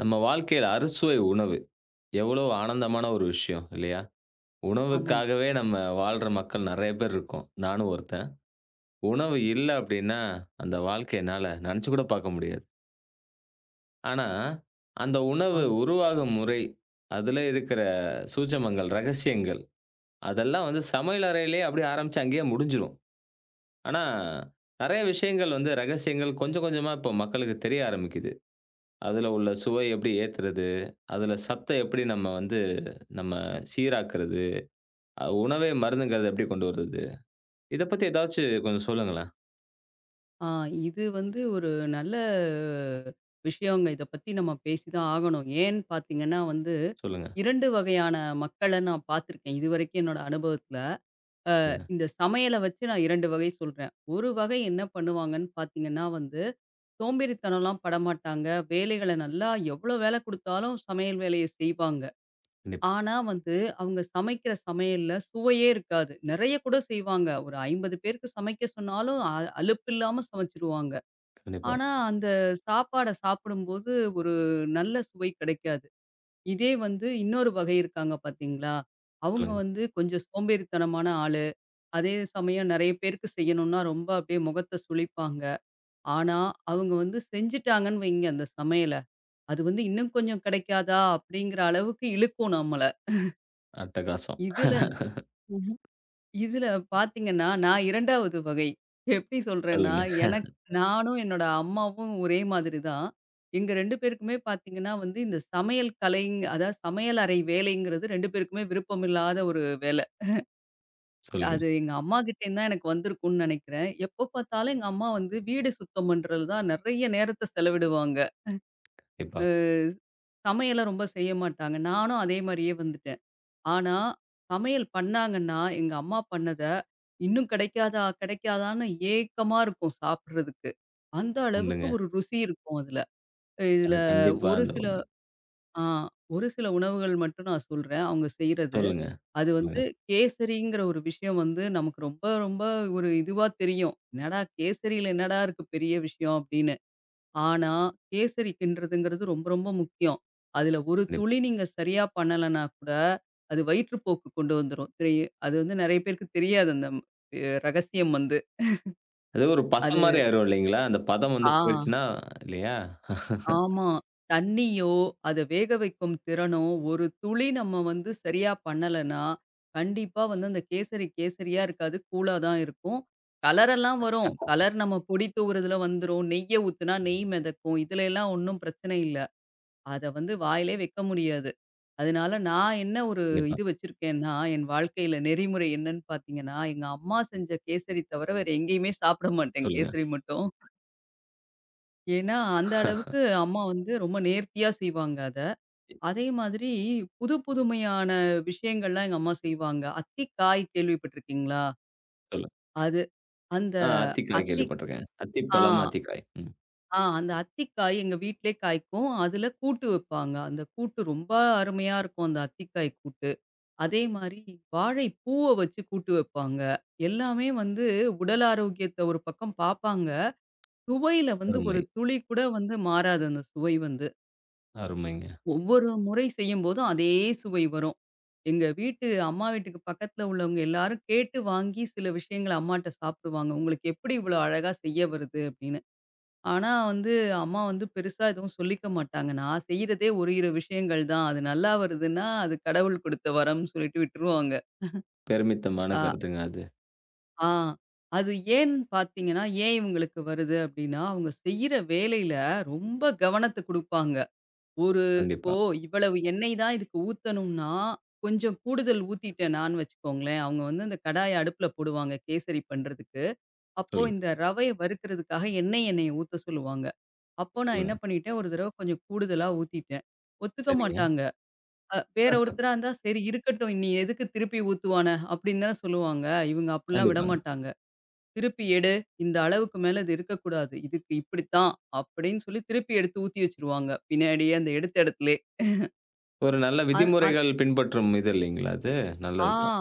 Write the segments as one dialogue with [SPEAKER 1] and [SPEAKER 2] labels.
[SPEAKER 1] நம்ம வாழ்க்கையில அறுசுவை உணவு. எவ்வளோ ஆனந்தமான ஒரு விஷயம் இல்லையா?
[SPEAKER 2] ஆமாங்க.
[SPEAKER 1] உணவுக்காகவே நம்ம வாழ்ற மக்கள் நெறைய பேர் இருக்கோம். நானும் ஒருத்தன். உணவு இல்ல அப்டின்னா, அந்த வாழ்க்கை என்னால நெனச்சு கூட பாக்க முடியாது. ஆனா, அந்த உணவு
[SPEAKER 2] ஆமா.
[SPEAKER 1] உருவாகும் முறை, அதுல இருக்கிற சூட்சமங்கள், ரகசியங்கள் அதெல்லாம் வந்து சமையல் அறையிலேயே அப்டியே ஆரம்பிச்சு அங்கேயே முடிஞ்சிரும். ஆனா, நெறைய விஷயங்கள் வந்து ரகசியங்கள் கொஞ்சம் கொஞ்சமா இப்போ மக்களுக்கு தெரிய ஆரம்பிக்குது. அதுல உள்ள சுவை எப்படி ஏத்துறது? அதுல சத்தம் எப்படி நம்ம சீராக்குறது? உணவே மருந்துங்கிறத எப்படி கொண்டு வருது? இத பத்தி ஏதாச்சு கொஞ்சம் சொல்லுங்களேன்.
[SPEAKER 2] ஆ இது வந்து ஒரு நல்ல விஷயங்க. இத பத்தி நம்ம பேசிதான் ஆகணும். ஏன்னு பார்த்தீங்கன்னா வந்து,
[SPEAKER 1] சொல்லுங்க,
[SPEAKER 2] 2 வகையான மக்கள நான் பார்த்துருக்கேன். இதுவரைக்கும் என்னோட அனுபவத்துல.
[SPEAKER 1] சொல்லுங்க.
[SPEAKER 2] இந்த சமையல வச்சு நான் 2 வகை சொல்றேன். ஒரு வகை என்ன பண்ணுவாங்கன்னு பார்த்தீங்கன்னா வந்து, சோம்பேறித்தனம்லாம் படமாட்டாங்க. வேலைகள நல்லா எவ்வளோ வேல குடுத்தாலும் சமையல் வேலைய செய்வாங்க.
[SPEAKER 1] கண்டிப்பா,
[SPEAKER 2] ஆனா வந்து, அவங்க சமைக்கிற சமையல்ல சுவையே இருக்காது. நெறைய கூட செய்வாங்க. ஒரு 50 பேருக்கு சமைக்க சொன்னாலும், அலுப்பில்லாம சமைச்சுருவாங்க.
[SPEAKER 1] கண்டிப்பா.
[SPEAKER 2] ஆனா, அந்த சாப்பாட சாப்பிடும்போது ஒரு நல்ல சுவை கிடைக்காது. இதே வந்து இன்னொரு வகை இருக்காங்க பார்த்தீங்களா? அவங்க
[SPEAKER 1] சொல்லுங்க.
[SPEAKER 2] வந்து கொஞ்சம் சோம்பேறித்தனமான ஆளு. அதே சமயம் நெறைய பேருக்கு செய்யணும்னா, ரொம்ப அப்படியே முகத்த சுளிப்பாங்க. ஆனா, அவங்க வந்து செஞ்சுட்டாங்கன்னு வைங்க அந்த சமையல, அது வந்து இன்னும் கொஞ்சம் கிடைக்காதா? அப்படிங்கிற அளவுக்கு இழுக்கும் நம்மள.
[SPEAKER 1] அட்டகாசம்.
[SPEAKER 2] இதுல இதுல பார்த்தீங்கன்னா, நான் 2வது வகை. எப்படி சொல்றேன்னா,
[SPEAKER 1] சொல்லுங்க,
[SPEAKER 2] எனக்கு நானும் என்னோட அம்மாவும் ஒரே மாதிரி தான். எங்க 2 பேருக்குமே பார்த்தீங்கன்னா வந்து, இந்த சமையல் கலைங் அதாவது சமையல் அறை வேலைங்கிறது 2 பேருக்குமே விருப்பமில்லாத ஒரு வேலை.
[SPEAKER 1] சொல்லுங்க.
[SPEAKER 2] அது எங்க அம்மா கிட்டேருந்து தான் எனக்கு வந்திருக்கும்னு நெனைக்கிறேன். எப்போ பார்த்தாலும் எங்க அம்மா வந்து வீடு சுத்தம் பண்றது தான் நெறைய நேரத்த செலவிடுவாங்க. அ
[SPEAKER 1] கண்டிப்பா.
[SPEAKER 2] சமையல ரொம்ப செய்ய மாட்டாங்க. நானும் அதே மாரியே வந்துட்டேன். ஆனா, சமையல் பண்ணாங்கன்னா, எங்க அம்மா பண்ணத, இன்னும் கிடைக்காதா, கிடைக்காதான்னு ஏக்கமா இருக்கும் சாப்பிடுறதுக்கு. அந்த அளவுக்கு
[SPEAKER 1] உண்டுங்க.
[SPEAKER 2] ஒரு ருசி இருக்கும் அதுல.
[SPEAKER 1] அது
[SPEAKER 2] இதுல
[SPEAKER 1] கண்டிப்பா
[SPEAKER 2] ஒரு
[SPEAKER 1] அந்த
[SPEAKER 2] சில
[SPEAKER 1] உண்டு.
[SPEAKER 2] ஆ ஒரு சில உணவுகள் மட்டும் நான் சொல்றேன், அவங்க செய்றது.
[SPEAKER 1] சொல்லுங்க,
[SPEAKER 2] அது
[SPEAKER 1] சொல்லுங்க.
[SPEAKER 2] வந்து கேசரிங்கிற ஒரு விஷயம் வந்து நமக்கு ரொம்ப ரொம்ப ஒரு இதுவா தெரியும். என்னடா கேசரியில என்னடா இருக்கு பெரிய விஷயம் அப்படின்னு. ஆனா, கேசரி கிண்டுறதுங்கிறது ரொம்ப, ரொம்ப முக்கியம். அதுல ஒரு
[SPEAKER 1] கண்டிப்பா.
[SPEAKER 2] துளி நீங்க சரியா பண்ணலன்னா கூட, அது வயிற்றுப்போக்கு கொண்டு வந்துரும். அது வந்து நெறைய பேருக்கு தெரியாது அந்த ரகசியம் வந்து.
[SPEAKER 1] அது ஒரு பசம் மாரி
[SPEAKER 2] அது
[SPEAKER 1] ஆயிரும் இல்லைங்களா? அந்த பதம்
[SPEAKER 2] ஆ
[SPEAKER 1] வந்து போயிருச்சுன்னா இல்லையா?
[SPEAKER 2] ஆமா. தண்ணியோ, அத வேக வைக்கும் திறனோ, ஒரு துளி நம்ம வந்து சரியா பண்ணலன்னா, கண்டிப்பா வந்து அந்த கேசரியா இருக்காது. கூலா தான் இருக்கும். கலரெல்லாம் வரும். கலர் நம்ம பொடி தூவுறதுல வந்துரும். நெய்ய ஊத்துனா நெய் மிதக்கும். இதுல எல்லாம் ஒண்ணும் பிரச்சனை இல்ல. அத வந்து வாயிலே வைக்க முடியாது. அதனால நான் என்ன ஒரு
[SPEAKER 1] கண்டிப்பா.
[SPEAKER 2] இது வச்சிருக்கேன்னா, என் வாழ்க்கையில நெறிமுறை என்னன்னு பார்த்தீங்கன்னா, எங்க அம்மா செஞ்ச கேசரி தவிர வேற எங்கேயுமே சாப்பிட மாட்டேன்
[SPEAKER 1] சொல்லுங்க.
[SPEAKER 2] கேசரி மட்டும். ஏன்னா, அந்த அளவுக்கு அம்மா வந்து ரொம்ப நேர்த்தியா செய்வாங்க அத. அதே மாதிரி புது புதுமையான விஷயங்கள்லாம் எங்க அம்மா செய்வாங்க. அத்திக்காய் கேள்விப்பட்டிருக்கீங்களா?
[SPEAKER 1] சொல்லுங்க.
[SPEAKER 2] அது அந்த
[SPEAKER 1] ஆ அத்திக்காய்
[SPEAKER 2] அத்தி
[SPEAKER 1] கேள்விப்பட்டுருக்கேன்.
[SPEAKER 2] ஆ,
[SPEAKER 1] அத்திப்பழம், அத்திக்காய். ம்.
[SPEAKER 2] ஆ அந்த அத்திக்காய் எங்க வீட்லயே காய்க்கும். அதுல கூட்டு வைப்பாங்க. அந்த கூட்டு ரொம்ப அருமையா இருக்கும் அந்த அத்திக்காய் கூட்டு. அதே மாரி வாழைப்பூவ வச்சு கூட்டு வைப்பாங்க. எல்லாமே வந்து உடல் ஆரோக்கியத்த ஒரு பக்கம் பாப்பாங்க. சுவையில வந்து
[SPEAKER 1] அருமை,
[SPEAKER 2] ஒரு துளி கூட வந்து மாறாது அந்த சுவை வந்து.
[SPEAKER 1] அருமைங்க.
[SPEAKER 2] ஒவ்வொரு முறை செய்யும்போதும் அதே சுவை வரும். எங்க வீட்டு அம்மா வீட்டுக்கு பக்கத்துல உள்ளவங்க எல்லாரும் கேட்டு வாங்கி சில விஷயங்கள அம்மாட்ட சாப்பிடுவாங்க. உங்களுக்கு எப்படி இவ்வளோ அழகா செய்ய வருது அப்படின்னு. ஆனா வந்து அம்மா வந்து பெருசா எதுவும் சொல்லிக்க மாட்டாங்க. நான் செய்றதே ஒரு இரு விஷயங்கள் தான். அது நல்லா வருதுன்னா அது கடவுள் குடுத்த வரம்னு சொல்லிட்டு விட்டுருவாங்க.
[SPEAKER 1] பெருமித்தமான
[SPEAKER 2] அ
[SPEAKER 1] கருத்துங்க அது.
[SPEAKER 2] ஆ. அது ஏன்னு பார்த்தீங்கன்னா, ஏன் இவங்களுக்கு வருது அப்டின்னா, அவங்க செய்ற வேலையில ரொம்ப கவனத்த குடுப்பாங்க. ஒரு இப்போ
[SPEAKER 1] கண்டிப்பா.
[SPEAKER 2] இவ்வளவு எண்ணெய் தான் இதுக்கு ஊத்தணும்னா, கொஞ்சம் கூடுதல் ஊத்திட்டேனான்னு வச்சுக்கோங்களேன், அவங்க வந்து அந்த கடாய அடுப்புல போடுவாங்க கேசரி பண்றதுக்கு. அப்போ
[SPEAKER 1] சொல்லுங்க,
[SPEAKER 2] இந்த ரவைய வறுக்கிறதுக்காக எண்ணெய ஊத்த சொல்லுவாங்க. அப்போ நான் என்ன
[SPEAKER 1] சொல்லுங்க.
[SPEAKER 2] பண்ணிட்டேன், ஒரு தடவ கொஞ்சம் கூடுதலா ஊத்திட்டேன். ஒத்துக்க
[SPEAKER 1] சரிங்க.
[SPEAKER 2] மாட்டாங்க. வேற ஒருத்தரா இருந்தா, "சரி இருக்கட்டும், நீ எதுக்கு திருப்பி ஊத்துவான?" அப்டின்னு தான சொல்லுவாங்க. இவங்க அப்டிலாம்
[SPEAKER 1] கண்டிப்பாங்க.
[SPEAKER 2] விடமாட்டாங்க. திருப்பி எடு. இந்த அளவுக்கு மேல இது இருக்கக்கூடாது. இதுக்கு இப்படித்தான் அப்படின்னு சொல்லி திருப்பி எடுத்து ஊத்தி வச்சுருவாங்க. பின்னாடியே அந்த எடுத்த இடத்துலயே.
[SPEAKER 1] ஒரு நல்ல
[SPEAKER 2] அ அ
[SPEAKER 1] விதிமுறைகள் பின்பற்றும் இது இல்லைங்களா அது?
[SPEAKER 2] ஆ
[SPEAKER 1] நல்லது தான்.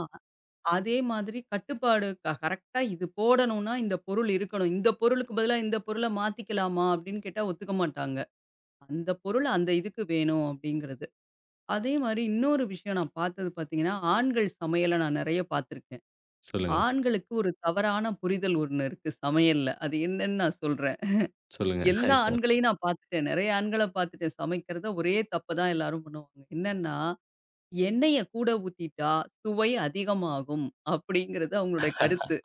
[SPEAKER 2] அதே மாதிரி கட்டுப்பாடு கரெக்ட்டா இது போடணும்னா இந்த பொருள் இருக்கணும். இந்த பொருளுக்கு பதிலா இந்த பொருள மாத்திக்கலாமா அப்படின்னு கேட்டா ஒத்துக்க மாட்டாங்க. அந்த பொருள் அந்த இதுக்கு வேணும் அப்படிங்கிறது. அதே மாரி இன்னொரு விஷயம் நான் பார்த்தது பார்த்தீங்கன்னா, ஆண்கள் சமையல நான் நெறைய பார்த்துருக்கேன்.
[SPEAKER 1] சொல்லுங்க,
[SPEAKER 2] ஆண்களுக்கு ஒரு தவறான புரிதல் ஒண்ணு இருக்கு சமையல்ல. அது என்னன்னு நான் சொல்றேன்.
[SPEAKER 1] சொல்லுங்க.
[SPEAKER 2] எல்லா ஆண்களையும் நான் பார்த்துட்டேன். நெறைய ஆண்கள பார்த்துட்டேன். சமைக்கிறத ஒரே தப்பு தான் எல்லாரும் பண்ணுவாங்க. என்னன்னா, எண்ணெய கூட ஊத்திட்டா சுவை அதிகமாகும் அப்படிங்கிறது அவங்களோட கருத்து.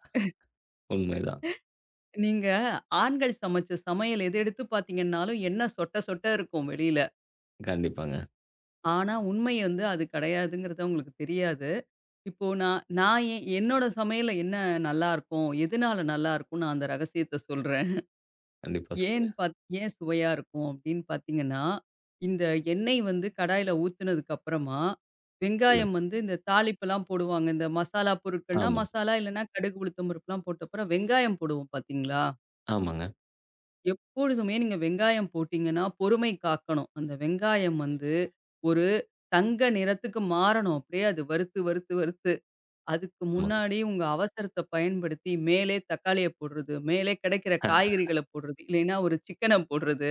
[SPEAKER 1] உண்மைதான்.
[SPEAKER 2] நீங்க ஆண்கள் சமைச்ச சமையல் எது எடுத்து பார்த்தீங்கன்னாலும் எண்ணெய் சொட்ட சொட்ட இருக்கும் வெளியில.
[SPEAKER 1] கண்டிப்பாங்க.
[SPEAKER 2] ஆனா உண்மை வந்து அது கிடையாதுங்கிறது அவங்களுக்கு தெரியாது. இப்போ நான் நான் என்னோட சமையல்ல என்ன நல்லாருக்கும்? எதுனால நல்லாருக்கும்? நான் அந்த ரகசியத்த சொல்றேன்.
[SPEAKER 1] கண்டிப்பா சொல்லுங்க.
[SPEAKER 2] ஏன் சுவையா இருக்கும் அப்படின்னு பார்த்தீங்கன்னா, இந்த எண்ணெய் வந்து கடாயில ஊத்துனதுக்கு அப்புறமா, வெங்காயம்
[SPEAKER 1] சொல்லுங்க.
[SPEAKER 2] வந்து இந்த தாளிப்பெல்லாம் போடுவாங்க. இந்த மசாலா பொருட்கள்னா
[SPEAKER 1] ஆமா.
[SPEAKER 2] மசாலா, இல்லன்னா கடுகு, உளுத்தம் பருப்புலாம் போட்ட அப்புறம் வெங்காயம் போடுவோம் பார்த்தீங்களா?
[SPEAKER 1] ஆமாங்க,
[SPEAKER 2] எப்பொழுதுமே நீங்க வெங்காயம் போட்டீங்கன்னா, பொறுமை காக்கணும். அந்த வெங்காயம் வந்து ஒரு தங்க நிறத்துக்கு மாறணும். அப்படியே அது வறுத்து, வறுத்து, வறுத்து. அதுக்கு
[SPEAKER 1] ஆமாங்க.
[SPEAKER 2] முன்னாடி உங்க அவசரத்த பயன்படுத்தி மேலே தக்காளிய போடுறது, மேலே கிடைக்கிற
[SPEAKER 1] அ
[SPEAKER 2] காய்கறிகள போடுறது, இல்லைன்னா ஒரு சிக்கன போடுறது.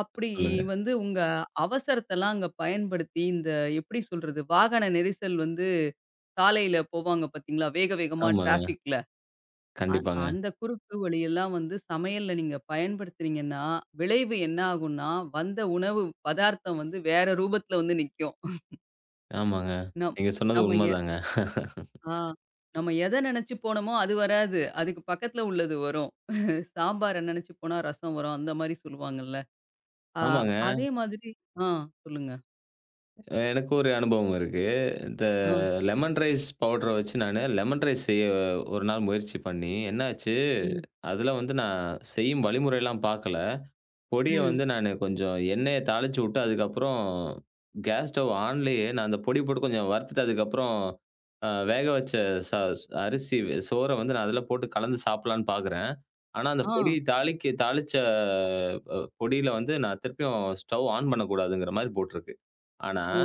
[SPEAKER 2] அப்படி
[SPEAKER 1] சொல்லுங்க.
[SPEAKER 2] வந்து உங்க அவசரத்தெல்லாம் அங்க பயன்படுத்தி, இந்த எப்படி சொல்றது? வாகன நெரிசல் வந்து சாலையில போவாங்க பார்த்தீங்களா? வேக வேகமா
[SPEAKER 1] ஆமாங்க.
[SPEAKER 2] டிராஃபிக்ல. அ
[SPEAKER 1] கண்டிப்பாங்க.
[SPEAKER 2] அந்த குறுக்கு வழியெல்லாம் வந்து சமையல்ல நீங்க பயன்படுத்துனீங்கன்னா, விளைவு என்ன ஆகும்னா, வந்த உணவு பதார்த்தம் வந்து வேற ரூபத்துல வந்து நிக்கும்.
[SPEAKER 1] ஆமாங்க.
[SPEAKER 2] நம்
[SPEAKER 1] நீங்க சொன்னது
[SPEAKER 2] நம்ம எ
[SPEAKER 1] உண்மதாங்க.
[SPEAKER 2] ஆ நம்ம எத நெனச்சு போனோமோ அது வராது. அதுக்கு பக்கத்துல உள்ளது வரும். சாம்பார நெனச்சு போனா ரசம் வரும். அந்த மாரி சொல்லுவாங்கல்ல. ஆ
[SPEAKER 1] ஆமாங்க.
[SPEAKER 2] அதே மாதிரி ஆ சொல்லுங்க.
[SPEAKER 1] எனக்கு ஒரு அனுபவம் இருக்கு. இந்த
[SPEAKER 2] ஆ.
[SPEAKER 1] லெமன் ரைஸ் பவுடர வச்சு நானு லெமன் ரைஸ் செய்ய ஒரு நாள் முயற்சி பண்ணி, என்னாச்சு,
[SPEAKER 2] ம்.
[SPEAKER 1] அதுல வந்து நான் செய்யும் வழிமுறைலாம் பார்க்கல. பொடிய
[SPEAKER 2] ம்.
[SPEAKER 1] வந்து நானு கொஞ்சம் எண்ணெய தாளிச்சு விட்டு, அதுக்கப்புறம் கேஸ் ஸ்டவ் ஆன்லயே நான் அந்த பொடி போட்டு கொஞ்சம் வறுத்துட்டு, அதுக்கப்புறம் வேக வச்ச ச அரிசி சோற வந்து நான் அதில போட்டு கலந்து சாப்பிடலான்னு பார்க்குறேன். ஆனா, அந்த
[SPEAKER 2] ஆ.
[SPEAKER 1] பொடி தாளிச்ச பொடியில வந்து நான் திருப்பியும் ஸ்டவ் ஆன் பண்ணக்கூடாதுங்கிற மாரி போட்டிருக்கு. ஆனா,
[SPEAKER 2] ஓ!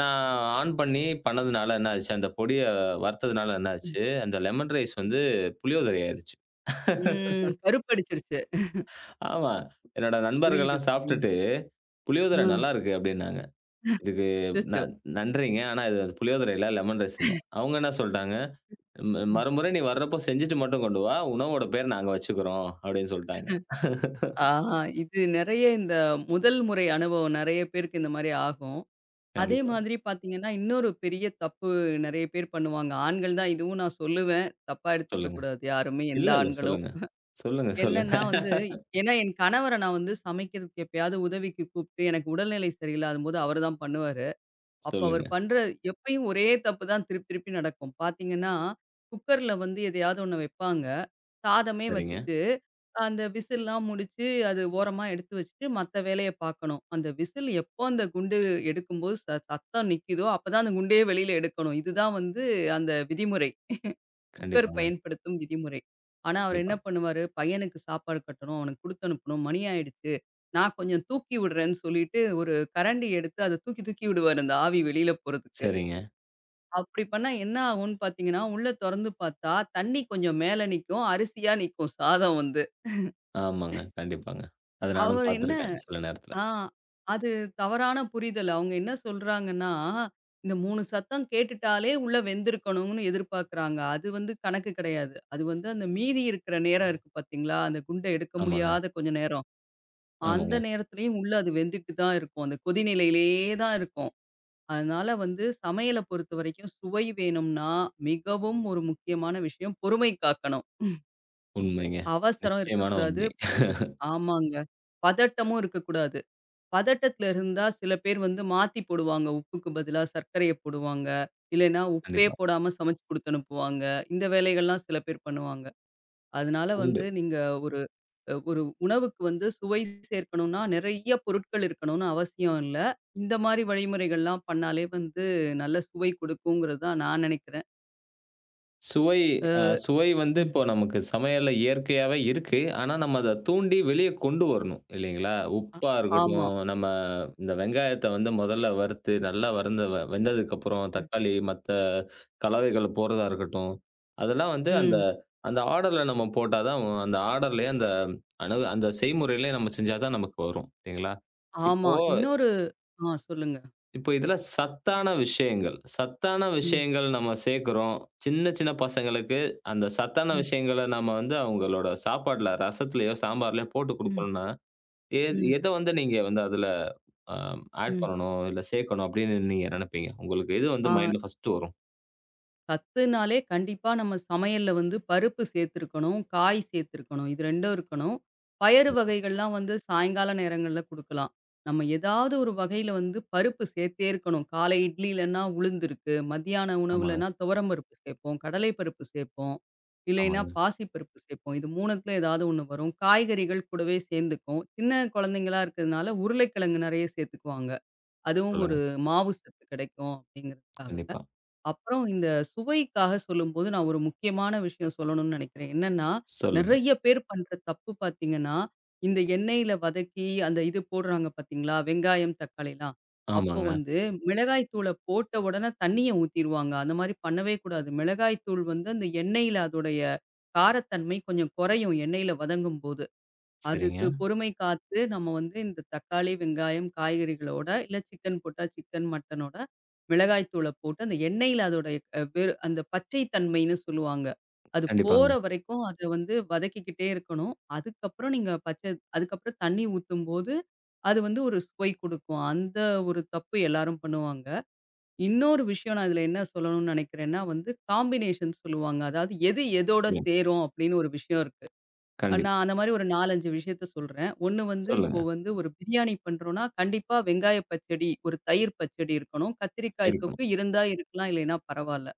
[SPEAKER 1] நான் ஆன் பண்ணதுனால என்ன ஆச்சு, அந்த பொடிய வறுத்ததுனால என்ன
[SPEAKER 2] ம்.
[SPEAKER 1] ஆச்சு, அந்த லெமன் ரைஸ் வந்து புளியோதரை ஆயிருச்சு.
[SPEAKER 2] ம். கருப்படிச்சிருச்சு.
[SPEAKER 1] ஆமா. என்னோட
[SPEAKER 2] புரியுது,
[SPEAKER 1] நண்பர்கள்லாம்
[SPEAKER 2] புரியுது.
[SPEAKER 1] சாப்பிட்டுட்டு, புளியோதரை
[SPEAKER 2] ஆ.
[SPEAKER 1] நல்லாருக்கு அப்டின்னாங்க. இதுக்கு ந
[SPEAKER 2] அச்சச்சோ!
[SPEAKER 1] நன்றிங்க. ஆனா இது அது புளியோதரை இல்ல, லெமன் ரைஸ்ன்னு. அவங்க என்ன சொல்ட்டாங்க,
[SPEAKER 2] ம்.
[SPEAKER 1] மறுமுறை நீ வர்றப்போ செஞ்சுட்டு மட்டும் கொண்டு வா. உணவோட பேர் நாங்க வச்சுக்கிறோம்." அப்படின்னு சொல்ட்டாங்க.
[SPEAKER 2] ஆ இது நெறைய இந்த முதல் முறை அனுபவம் நெறைய பேருக்கு இந்த மாரி ஆகும். அதே
[SPEAKER 1] கண்டிப்பா.
[SPEAKER 2] மாதிரி பார்த்தீங்கன்னா, இன்னொரு பெரிய தப்பு நெறைய பேர் பண்ணுவாங்க. ஆண்கள் தான் இதுவும் நான் சொல்லுவேன். தப்பா எடுத்துக்க
[SPEAKER 1] சொல்லுங்க.
[SPEAKER 2] கூடாது யாருமே, எந்த
[SPEAKER 1] இல்ல, இல்ல.
[SPEAKER 2] ஆண்களும்.
[SPEAKER 1] சொல்லுங்க. சொல்லுங்க, சொல்லுங்க.
[SPEAKER 2] என்னன்னா வந்து ஏன்னா என் கணவர நான் வந்து சமைக்கிறதுக்கு எப்பயாவது உதவிக்கு கூப்ட்டு, எனக்கு உடல்நிலை சரியில்லாதம்போது அவரு தான் பண்ணுவாரு. அப்ப அவர்
[SPEAKER 1] சொல்லுங்க.
[SPEAKER 2] பண்ற எப்பயும் ஒரே தப்பு தான் திருப்பி திருப்பி நடக்கும். பார்த்தீங்கன்னா, குக்கர்ல வந்து எதையாவது ஒண்ணு வைப்பாங்க. சாதமே
[SPEAKER 1] சரிங்க.
[SPEAKER 2] வச்சுட்டு, அந்த விசில்லாம் முடிச்சு, அது ஓரமா எடுத்து வச்சுட்டு, மத்த வேலைய பார்க்கணும். அந்த விசில் எப்போ அந்த குண்டு எடுக்கும்போது சத்தம் நிக்குதோ, அப்பதான் அந்த குண்டையே வெளியில எடுக்கணும். இதுதான் வந்து அந்த விதிமுறை. குக்கர்
[SPEAKER 1] கண்டிப்பாங்க.
[SPEAKER 2] பயன்படுத்தும் விதிமுறை. ஆனா, அவரு என்ன
[SPEAKER 1] கண்டிப்பா.
[SPEAKER 2] பண்ணுவாரு, பையனுக்கு சாப்பாடு கட்டணும், அவனுக்கு குடுத்து அனுப்பணும், மணி ஆயிடுச்சு. நான் கொஞ்சம் தூக்கி விடுறேன்னு சொல்லிட்டு, ஒரு கரண்டி எடுத்து அத தூக்கி தூக்கி விடுவாரு, அந்த ஆவி வெளியில போறதுக்கு.
[SPEAKER 1] சரிங்க.
[SPEAKER 2] அப்படி பண்ணா என்ன ஆகும்ன்னு பார்த்தீங்கன்னா, உள்ள தொறந்து பார்த்தா, தண்ணி கொஞ்சம் மேல நிக்கும். அரிசியா நிக்கும் சாதம் வந்து.
[SPEAKER 1] ஆமாங்க. கண்டிப்பாங்க. அத நானும்
[SPEAKER 2] அவர் என்ன
[SPEAKER 1] பார்த்துருக்கேன் சில நேரத்துல.
[SPEAKER 2] ஆ அது தவறான புரிதல். அவங்க என்ன சொல்றாங்கன்னா, இந்த 3 சத்தம் கேட்டுட்டாலே உள்ள வெந்திருக்கணும்னு எதிர்பார்க்குறாங்க. அது வந்து கணக்கு கிடையாது. அது வந்து அந்த மீதி இருக்கிற நேரம் இருக்கு பார்த்தீங்களா, அந்த குண்ட எடுக்க
[SPEAKER 1] ஆமாங்க,
[SPEAKER 2] முடியாத கொஞ்ச நேரம். அந்த
[SPEAKER 1] ஆமாங்க.
[SPEAKER 2] நேரத்திலயும் உள்ள அது வெந்துட்டு தான் இருக்கும். அந்த கொதிநிலையிலேயே தான் இருக்கும். அதனால வந்து சமையல பொறுத்தவரைக்கும் சுவை வேணும்னா, மிகவும் ஒரு முக்கியமான விஷயம் பொறுமை காக்கணும்.
[SPEAKER 1] உண்மைங்க.
[SPEAKER 2] அவசரம்
[SPEAKER 1] நிச்சயமான
[SPEAKER 2] இருக்கக்கூடாது.
[SPEAKER 1] உண்மை.
[SPEAKER 2] ஆமாங்க. பதட்டமும் இருக்கக்கூடாது. பதட்டத்துல இருந்தா சில பேர் வந்து மாத்தி போடுவாங்க. உப்புக்கு பதிலா சர்க்கரைய போடுவாங்க. இல்லைன்னா உப்பே
[SPEAKER 1] கண்டிப்பா.
[SPEAKER 2] போடாம சமைச்சு குடுத்து அனுப்புவாங்க. இந்த வேலைகள்லாம் சில பேர் பண்ணுவாங்க. அதனால
[SPEAKER 1] உண்மை.
[SPEAKER 2] வந்து நீங்க ஒரு ஒரு உணவுக்கு வந்து சுவை சேர்க்கணும்னா, நிறைய பொருட்கள் இருக்கணும்னு அவசியம் இல்ல. இந்த மாரி வழிமுறைகள்லாம் பண்ணாலே வந்து நல்ல சுவை கொடுக்குங்கிறது தான் நான் நினைக்கிறேன்.
[SPEAKER 1] சுவை சுவை வந்து
[SPEAKER 2] ம்.
[SPEAKER 1] இப்போ நமக்கு சமையல்ல இயற்கையாவே இருக்கு. ஆனா, நம்ம அத தூண்டி வெளிய கொண்டு வரணும் இல்லைங்களா?
[SPEAKER 2] அ
[SPEAKER 1] உப்பா
[SPEAKER 2] ஆமா.
[SPEAKER 1] இருக்கட்டும், நம்ம இந்த வெங்காயத்த வந்து முதல்ல வறுத்து நல்லா வறுந்த வெந்ததுக்கப்புறம்
[SPEAKER 2] ம்.
[SPEAKER 1] தக்காளி, மத்த கலவைகள் போடுறதா இருக்கட்டும், அதெல்லாம் வந்து அந்த
[SPEAKER 2] ம்.
[SPEAKER 1] அந்த ஆர்டர்ல நம்ம போட்டா தான் அந்த ஆர்டர்லயே அந்த செய்முறையிலயே நம்ம செஞ்சா தான் நமக்கு வரும் இல்லைங்களா? இப்போ
[SPEAKER 2] ஆமா. இன்னொரு சொல்லுங்க.
[SPEAKER 1] இப்போ இதுல சத்தான விஷயங்கள், சத்தான
[SPEAKER 2] ம்.
[SPEAKER 1] விஷயங்கள் நம்ம சேர்க்கிறோம். சின்ன, சின்ன பசங்களுக்கு அந்த சத்தான
[SPEAKER 2] ம்.
[SPEAKER 1] விஷயங்கள நம்ம வந்து அவங்களோட சாப்பாட்ல, ரசத்துலயோ, சாம்பார்லயோ போட்டு
[SPEAKER 2] ம்.
[SPEAKER 1] குடுக்கணும்னா, எ
[SPEAKER 2] ம்.
[SPEAKER 1] எத வந்து நீங்க வந்து அதுல அ ஆட்
[SPEAKER 2] ம்.
[SPEAKER 1] பண்ணணும், இல்ல சேர்க்கணும் அப்படின்னு நீங்க நினைப்பீங்க? உங்களுக்கு எது வந்து
[SPEAKER 2] ஆ.
[SPEAKER 1] மைண்ட்ல ஃபர்ஸ்ட்டு வரும்?
[SPEAKER 2] சத்துனாலே கண்டிப்பா நம்ம சமையல்ல வந்து பருப்பு சேர்த்துருக்கணும், காய் சேர்த்துருக்கணும். இது 2ம் இருக்கணும். பயறு வகைகள்லாம் வந்து சாயங்கால நேரங்கள்ல குடுக்கலாம். நம்ம ஏதாவது ஒரு வகையில வந்து பருப்பு சேர்த்தே இருக்கணும். காலை இட்லிலன்னா உளுந்து இருக்கு. மதியான
[SPEAKER 1] ஆமாங்க,
[SPEAKER 2] உணவுலன்னா துவரம் பருப்பு சேர்ப்போம், கடலை பருப்பு சேர்ப்போம். இல்லைன்னா
[SPEAKER 1] ஆமாங்க.
[SPEAKER 2] பாசி பருப்பு சேர்ப்போம். இது 3த்துல ஏதாவது ஒண்ணு வரும். காய்கறிகள் கூடவே சேர்ந்துக்கும். சின்ன குழந்தைங்களா இருக்கிறதுனால உருளைக்கிழங்கு நெறைய சேர்த்துக்குவாங்க. அதுவும்
[SPEAKER 1] சொல்லுங்க.
[SPEAKER 2] ஒரு மாவு சத்து கிடைக்கும் அப்படிங்கிறதுக்காக.
[SPEAKER 1] கண்டிப்பா.
[SPEAKER 2] அப்புறம் இந்த சுவைக்காக சொல்லும்போது, நான் ஒரு முக்கியமான விஷயம் சொல்லணும்னு நெனைக்கிறேன். என்னன்னா,
[SPEAKER 1] சொல்லுங்க.
[SPEAKER 2] நெறைய பேர் பண்ற தப்பு பார்த்தீங்கன்னா, இந்த எண்ணெயில வதக்கி அந்த இது போடுறாங்க பார்த்தீங்களா? வெங்காயம், தக்காளிலாம். அப்போ
[SPEAKER 1] ஆமாங்க.
[SPEAKER 2] வந்து மிளகாய் தூள போட்ட உடனே தண்ணிய ஊத்திருவாங்க. அந்த மாரி பண்ணவே கூடாது. மிளகாய் தூள் வந்து அந்த எண்ணெயில அதோடைய காரத்தன்மை கொஞ்சம் குறையும் எண்ணெயில வதங்கும்போது.
[SPEAKER 1] சரிங்க.
[SPEAKER 2] அதுக்கு பொறுமை காத்து நம்ம வந்து இந்த தக்காளி, வெங்காயம், காய்கறிகளோட இல்ல சிக்கன் போட்டா சிக்கன், மட்டனோட மிளகாய் தூள போட்டு அந்த எண்ணெயில அதோட அ வெறு அந்த பச்சை தன்மைன்னு சொல்லுவாங்க. அது போற
[SPEAKER 1] கண்டிப்பாங்க.
[SPEAKER 2] வரைக்கும் அத வந்து வதக்கிக்கிட்டே இருக்கணும். அதுக்கப்புறம் நீங்க பச்சை அதுக்கப்புறம் தண்ணி ஊத்தும்போது, அது வந்து ஒரு சுவை குடுக்கும். அந்த ஒரு தப்பு எல்லாரும் பண்ணுவாங்க. இன்னொரு விஷயம் நான் இதுல என்ன சொல்லணும்னு நெனைக்கிறேன்னா வந்து காம்பினேஷன் சொல்லுவாங்க. அதாவது எது எதோட
[SPEAKER 1] சொல்லுங்க.
[SPEAKER 2] சேரும் அப்படின்னு ஒரு விஷயம் இருக்கு.
[SPEAKER 1] கண்டிப்பா.
[SPEAKER 2] நான் அந்த மாரி ஒரு 4, 5 விஷயத்த சொல்றேன். ஒண்ணு வந்து இப்போ
[SPEAKER 1] சொல்லுங்க.
[SPEAKER 2] வந்து ஒரு பிரியாணி பண்றோம்னா, கண்டிப்பா வெங்காய பச்சடி, ஒரு தயிர் பச்சடி இருக்கணும். கத்திரிக்காய்
[SPEAKER 1] இருக்கணும்.
[SPEAKER 2] தொக்கு இருந்தா இருக்கலாம், இல்லைன்னா பரவால்ல.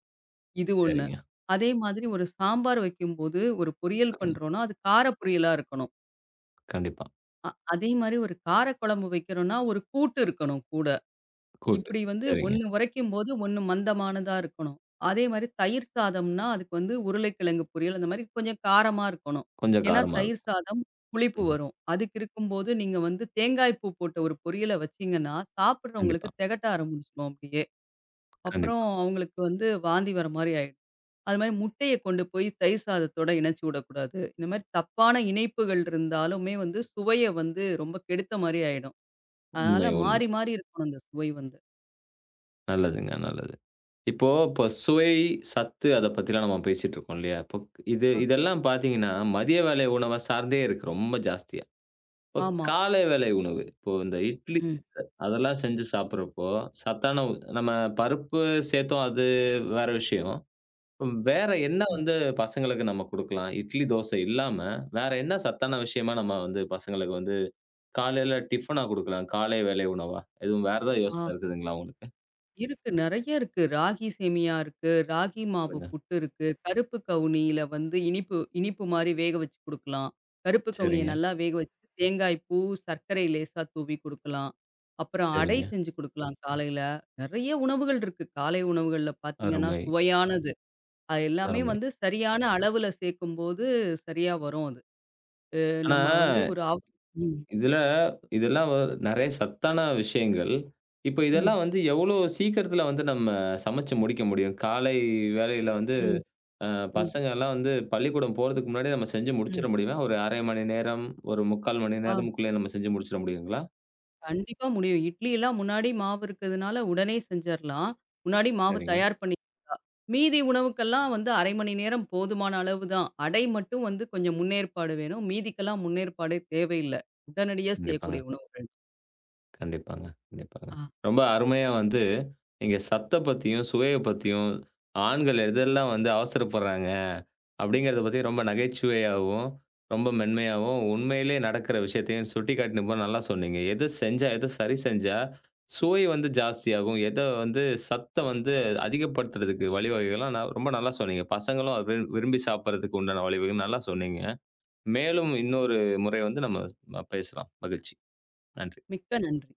[SPEAKER 2] இது ஒண்ணு.
[SPEAKER 1] சரிங்க.
[SPEAKER 2] அதே மாதிரி ஒரு சாம்பார் வைக்கும்போது, ஒரு பொரியல்
[SPEAKER 1] சொல்லுங்க.
[SPEAKER 2] பண்றோம்னா, அது கார பொரியலா இருக்கணும்.
[SPEAKER 1] கண்டிப்பா.
[SPEAKER 2] அதே மாரி ஒரு கார குழம்பு வைக்கிறோம்னா, ஒரு கூட்டு இருக்கணும் கூட.
[SPEAKER 1] கூட்டு.
[SPEAKER 2] இப்படி வந்து
[SPEAKER 1] சரிங்க.
[SPEAKER 2] 1 உரைக்கும்போது 1 மந்தமானதா இருக்கணும். அதே மாரி தயிர் சாதம்னா, அதுக்கு வந்து உருளைக்கிழங்கு பொரியல் அந்த மாரி கொஞ்சம் காரமா இருக்கணும்.
[SPEAKER 1] கொஞ்சம்
[SPEAKER 2] ஏன்னா
[SPEAKER 1] காரமா இருக்கும்.
[SPEAKER 2] தயிர் சாதம் புளிப்பு
[SPEAKER 1] ம்.
[SPEAKER 2] வரும். அதுக்கு இருக்கும்போது நீங்க வந்து தேங்காய் பூ போட்ட ஒரு பொரியல வச்சீங்கன்னா,
[SPEAKER 1] கண்டிப்பா,
[SPEAKER 2] சாப்பிடுறவங்களுக்கு
[SPEAKER 1] ம்.
[SPEAKER 2] திகட்ட ஆரம்பிச்சுரும் அப்படியே. அப்புறம்
[SPEAKER 1] கண்டிப்பா.
[SPEAKER 2] அவங்களுக்கு வந்து வாந்தி வர மாரி ஆயிடும். அது மாரி முட்டைய கொண்டு போய் தயிர் சாதத்தோட இணைச்சு விடக்கூடாது. இந்த மாரி தப்பான இணைப்புகள் இருந்தாலுமே வந்து சுவைய வந்து ரொம்ப கெடுத்த மாரி ஆயிடும்.
[SPEAKER 1] உண்மை,
[SPEAKER 2] அதனால
[SPEAKER 1] உண்மை.
[SPEAKER 2] மாறி மாறி இருக்கணும் அந்த சுவை வந்து.
[SPEAKER 1] நல்லதுங்க, நல்லது. இப்போ இப்போ சுவை, சத்து அத பத்திலாம் நம்ம பேசிட்டு இருக்கோம் இல்லையா? இப்போ
[SPEAKER 2] அ
[SPEAKER 1] இதெல்லாம் பார்த்தீங்கன்னா, மதிய வேளை உணவ சார்ந்தே இருக்கு ரொம்ப ஜாஸ்தியா. இப்போ
[SPEAKER 2] ஆமா.
[SPEAKER 1] காலை வேளை உணவு, இப்போ இந்த இட்லி
[SPEAKER 2] ம்.
[SPEAKER 1] அதெல்லாம் செஞ்சு சாப்பிடுறப்போ, சத்தான நம்ம பருப்பு சேர்த்தோம் அது வேற விஷயம். வேற என்ன
[SPEAKER 2] ம்.
[SPEAKER 1] வந்து பசங்களுக்கு நம்ம குடுக்கலாம்? இட்லி, தோசை இல்லாம, வேற என்ன சத்தான விஷயமா நம்ம வந்து பசங்களுக்கு வந்து காலையில டிஃபனா குடுக்கலாம்? காலை வேளை உணவா? எதுவும் வேற ஏதாவது
[SPEAKER 2] ஆ.
[SPEAKER 1] யோசனை இருக்குதுங்களா உங்களுக்கு?
[SPEAKER 2] இருக்கு. நெறைய இருக்கு. ராகி சேமியா இருக்கு. ராகி மாவு
[SPEAKER 1] சொல்லுங்க.
[SPEAKER 2] புட்டு இருக்கு. கருப்பு கவுனியில வந்து இனிப்பு இனிப்பு மாரி வேக வச்சு குடுக்கலாம். கருப்பு கவுனிய
[SPEAKER 1] சரிங்க,
[SPEAKER 2] நல்லா வேக வச்சு தேங்காய் பூ, சர்க்கரை லேசா தூவி குடுக்கலாம். அப்புறம் அடை
[SPEAKER 1] சரிங்க.
[SPEAKER 2] செஞ்சு குடுக்கலாம் காலையில. நெறைய உணவுகள் இருக்கு. காலை உணவுகள்ல பார்த்தீங்கன்னா,
[SPEAKER 1] அருமை,
[SPEAKER 2] சுவையானது. அது எல்லாமே
[SPEAKER 1] அருமை.
[SPEAKER 2] வந்து சரியான அளவுல சேர்க்கும்போது சரியா வரும் அது.
[SPEAKER 1] ஆனா,
[SPEAKER 2] நம்ம வந்து ஒரு ம்.
[SPEAKER 1] இதுல இதெல்லாம் நெறைய சத்தான விஷயங்கள். இப்ப
[SPEAKER 2] ம்.
[SPEAKER 1] இதெல்லாம் வந்து எவ்வளோ சீக்கிரத்துல வந்து நம்ம சமைச்சு முடிக்க முடியும்? காலை வேளையில வந்து
[SPEAKER 2] ம்.
[SPEAKER 1] அ
[SPEAKER 2] ம்.
[SPEAKER 1] பசங்கலாம் வந்து பள்ளிக்கூடம் போறதுக்கு முன்னாடி நம்ம செஞ்சு
[SPEAKER 2] ம்.
[SPEAKER 1] முடிச்சிட முடியுமா? ஒரு 1/2 மணி நேரம், ஒரு 3/4 மணி
[SPEAKER 2] ஆ.
[SPEAKER 1] நேரமுக்குள்ளயே நம்ம செஞ்சு முடிச்சிட முடியுங்களா?
[SPEAKER 2] கண்டிப்பா முடியும். இட்லிலாம் முன்னாடி மாவு இருக்கிறதுனால உடனே செஞ்சர்லாம். முன்னாடி மாவு
[SPEAKER 1] சரிங்க.
[SPEAKER 2] தயார் பண்ணி மீதி உணவுக்கெல்லாம் வந்து 1/2 மணி நேரம் போதுமான அளவு தான். அடை மட்டும் வந்து கொஞ்சம் முன்னேற்பாடு வேணும். மீதிக்கெல்லாம் முன்னேற்பாடே தேவையில்ல. உடனடியா
[SPEAKER 1] கண்டிப்பாங்க.
[SPEAKER 2] செய்யக்கூடிய உணவுகள்.
[SPEAKER 1] கண்டிப்பாங்க, கண்டிப்பாங்க.
[SPEAKER 2] ஆ
[SPEAKER 1] ரொம்ப அருமையா வந்து, நீங்க சத்த பத்தியும், சுவைய பத்தியும், ஆண்கள் எதெல்லாம் வந்து அவசரப்படுறாங்க, அப்படிங்கிறத பத்தி ரொம்ப நகைச்சுவையாவும், ரொம்ப மென்மையாவும், உண்மையிலே நடக்கிற விஷயத்தையும் சுட்டிக்காட்டின போது நல்லா சொன்னீங்க. எத செஞ்சா, எத சரி செஞ்சா, சுவை வந்து ஜாஸ்தியாகும். எத வந்து சத்த வந்து அதிகப்படுத்துறதுக்கு வழிவகைகள்லாம் நான் ரொம்ப நல்லா சொன்னீங்க. பசங்களும் அது விரும்பி சாப்பிடுறதுக்கு உண்டான வழிவகைகள் நல்லா சொன்னீங்க. மேலும் இன்னொரு முறை வந்து நம்ம பேசலாம். மகிழ்ச்சி. நன்றி.
[SPEAKER 2] மிக்க நன்றி.